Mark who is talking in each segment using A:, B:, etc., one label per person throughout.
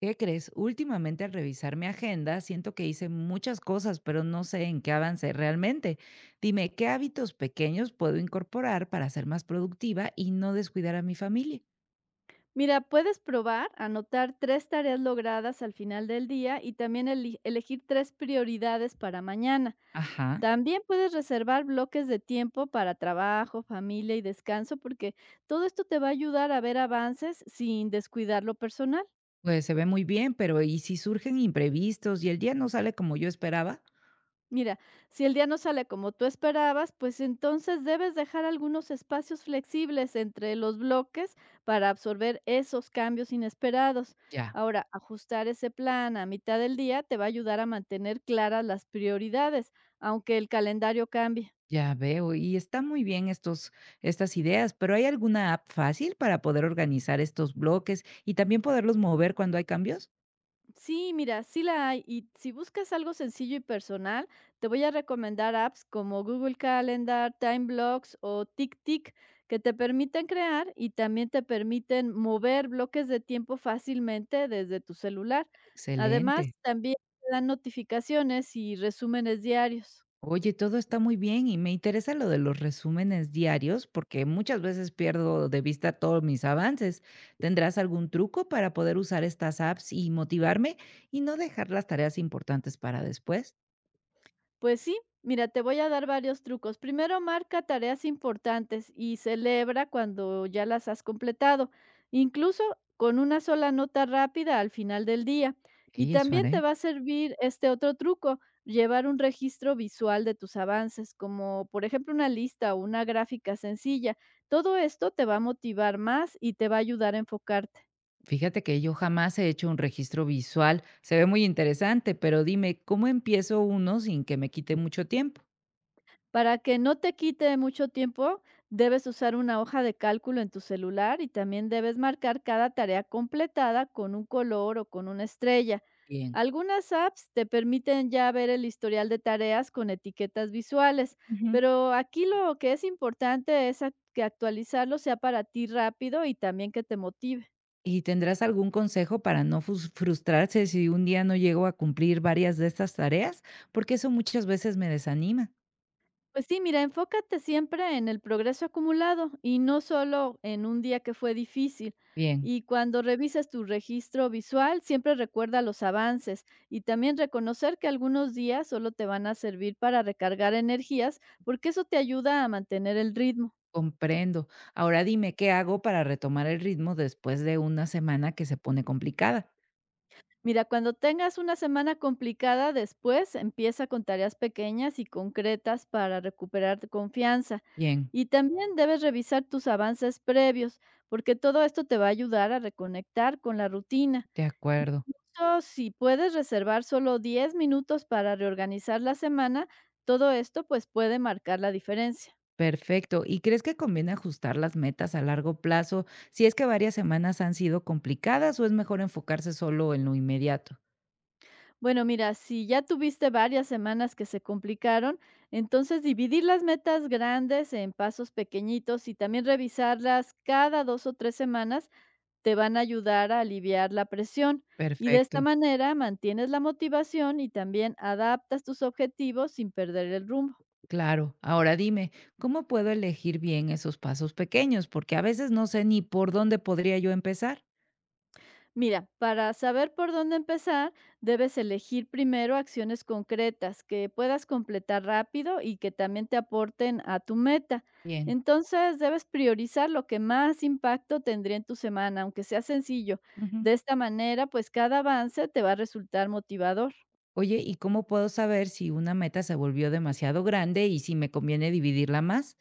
A: ¿Qué crees? Últimamente al revisar mi agenda siento que hice muchas cosas, pero no sé en qué avancé realmente. Dime, ¿qué hábitos pequeños puedo incorporar para ser más productiva y no descuidar a mi familia?
B: Mira, puedes probar, anotar tres tareas logradas al final del día y también elegir tres prioridades para mañana.
A: Ajá.
B: También puedes reservar bloques de tiempo para trabajo, familia y descanso, porque todo esto te va a ayudar a ver avances sin descuidar lo personal.
A: Pues se ve muy bien, pero ¿y si surgen imprevistos y el día no sale como yo esperaba?
B: Mira, si el día no sale como tú esperabas, pues entonces debes dejar algunos espacios flexibles entre los bloques para absorber esos cambios inesperados.
A: Ya.
B: Ahora, ajustar ese plan a mitad del día te va a ayudar a mantener claras las prioridades, aunque el calendario cambie.
A: Ya veo, y está muy bien estas ideas, pero ¿hay alguna app fácil para poder organizar estos bloques y también poderlos mover cuando hay cambios?
B: Sí, mira, sí la hay. Y si buscas algo sencillo y personal, te voy a recomendar apps como Google Calendar, Time Blocks o TickTick que te permiten crear y también te permiten mover bloques de tiempo fácilmente desde tu celular. Además,
A: Excelente.
B: también te dan notificaciones y resúmenes diarios.
A: Oye, todo está muy bien y me interesa lo de los resúmenes diarios porque muchas veces pierdo de vista todos mis avances. ¿Tendrás algún truco para poder usar estas apps y motivarme y no dejar las tareas importantes para después?
B: Pues sí, mira, te voy a dar varios trucos. Primero, marca tareas importantes y celebra cuando ya las has completado, incluso con una sola nota rápida al final del día. Y
A: Ey, eso
B: también te
A: haré.
B: va a servir este otro truco, llevar un registro visual de tus avances, como por ejemplo una lista o una gráfica sencilla. Todo esto te va a motivar más y te va a ayudar a enfocarte.
A: Fíjate que yo jamás he hecho un registro visual. Se ve muy interesante, pero dime, ¿cómo empiezo uno sin que me quite mucho tiempo?
B: Para que no te quite mucho tiempo, debes usar una hoja de cálculo en tu celular y también debes marcar cada tarea completada con un color o con una estrella.
A: Bien.
B: Algunas apps te permiten ya ver el historial de tareas con etiquetas visuales, pero aquí lo que es importante es que actualizarlo sea para ti rápido y también que te motive.
A: ¿Y tendrás algún consejo para no frustrarse si un día no llego a cumplir varias de estas tareas? Porque eso muchas veces me desanima.
B: Pues sí, mira, enfócate siempre en el progreso acumulado y no solo en un día que fue difícil.
A: Bien,
B: Y cuando revisas tu registro visual, siempre recuerda los avances y también reconocer que algunos días solo te van a servir para recargar energías, porque eso te ayuda a mantener el ritmo.
A: comprendo. Ahora dime qué hago para retomar el ritmo después de una semana que se pone complicada.
B: Mira, cuando tengas una semana complicada después, empieza con tareas pequeñas y concretas para recuperar tu confianza.
A: Bien,
B: Y también debes revisar tus avances previos, porque todo esto te va a ayudar a reconectar con la rutina.
A: de acuerdo.
B: Incluso si puedes reservar solo 10 minutos para reorganizar la semana, todo esto pues puede marcar la diferencia.
A: Perfecto. ¿Y crees que conviene ajustar las metas a largo plazo si es que varias semanas han sido complicadas o es mejor enfocarse solo en lo inmediato?
B: Bueno, mira, si ya tuviste varias semanas que se complicaron, entonces dividir las metas grandes en pasos pequeñitos y también revisarlas cada 2 o 3 semanas te van a ayudar a aliviar la presión. Y de esta
A: Perfecto.
B: manera mantienes la motivación y también adaptas tus objetivos sin perder el rumbo.
A: Claro, ahora dime, ¿cómo puedo elegir bien esos pasos pequeños? Porque a veces no sé ni por dónde podría yo empezar.
B: Mira, para saber por dónde empezar, debes elegir primero acciones concretas que puedas completar rápido y que también te aporten a tu meta.
A: Bien,
B: Entonces, debes priorizar lo que más impacto tendría en tu semana, aunque sea sencillo.
A: ujú.
B: De esta manera, pues cada avance te va a resultar motivador.
A: Oye, ¿y cómo puedo saber si una meta se volvió demasiado grande y si me conviene dividirla más?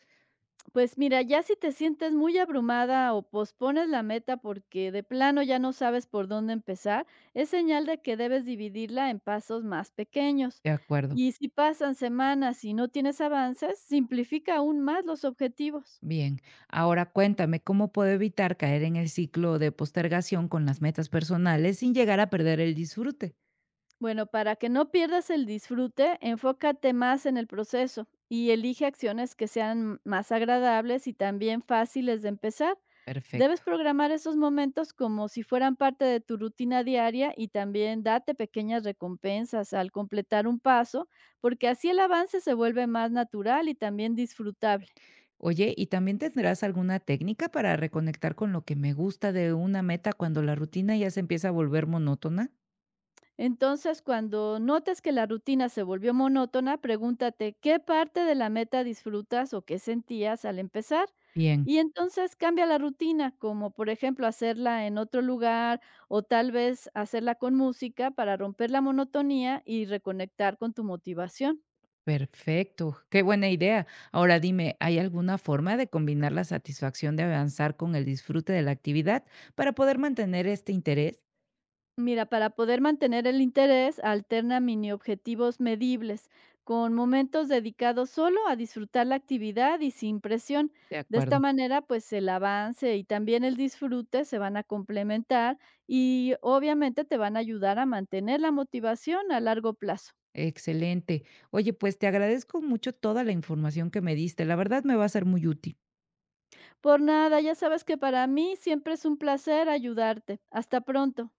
B: Pues mira, ya si te sientes muy abrumada o pospones la meta porque de plano ya no sabes por dónde empezar, es señal de que debes dividirla en pasos más pequeños.
A: De acuerdo.
B: Y si pasan semanas y no tienes avances, simplifica aún más los objetivos.
A: Bien, ahora cuéntame, ¿cómo puedo evitar caer en el ciclo de postergación con las metas personales sin llegar a perder el disfrute?
B: Bueno, para que no pierdas el disfrute, enfócate más en el proceso y elige acciones que sean más agradables y también fáciles de empezar. Debes
A: Perfecto.
B: programar esos momentos como si fueran parte de tu rutina diaria y también date pequeñas recompensas al completar un paso, porque así el avance se vuelve más natural y también disfrutable.
A: Oye, ¿y también tendrás alguna técnica para reconectar con lo que me gusta de una meta cuando la rutina ya se empieza a volver monótona?
B: Entonces, cuando notes que la rutina se volvió monótona, pregúntate qué parte de la meta disfrutas o qué sentías al empezar.
A: Bien,
B: Y entonces cambia la rutina, como por ejemplo hacerla en otro lugar o tal vez hacerla con música para romper la monotonía y reconectar con tu motivación.
A: perfecto. Qué buena idea. Ahora dime, ¿hay alguna forma de combinar la satisfacción de avanzar con el disfrute de la actividad para poder mantener este interés?
B: Mira, para poder mantener el interés, alterna mini objetivos medibles, con momentos dedicados solo a disfrutar la actividad y sin presión.
A: De
B: De
A: acuerdo.
B: esta manera, pues el avance y también el disfrute se van a complementar y obviamente te van a ayudar a mantener la motivación a largo plazo.
A: Excelente. Oye, pues te agradezco mucho toda la información que me diste. La verdad me va a ser muy útil.
B: Por nada, ya sabes que para mí siempre es un placer ayudarte. Hasta pronto.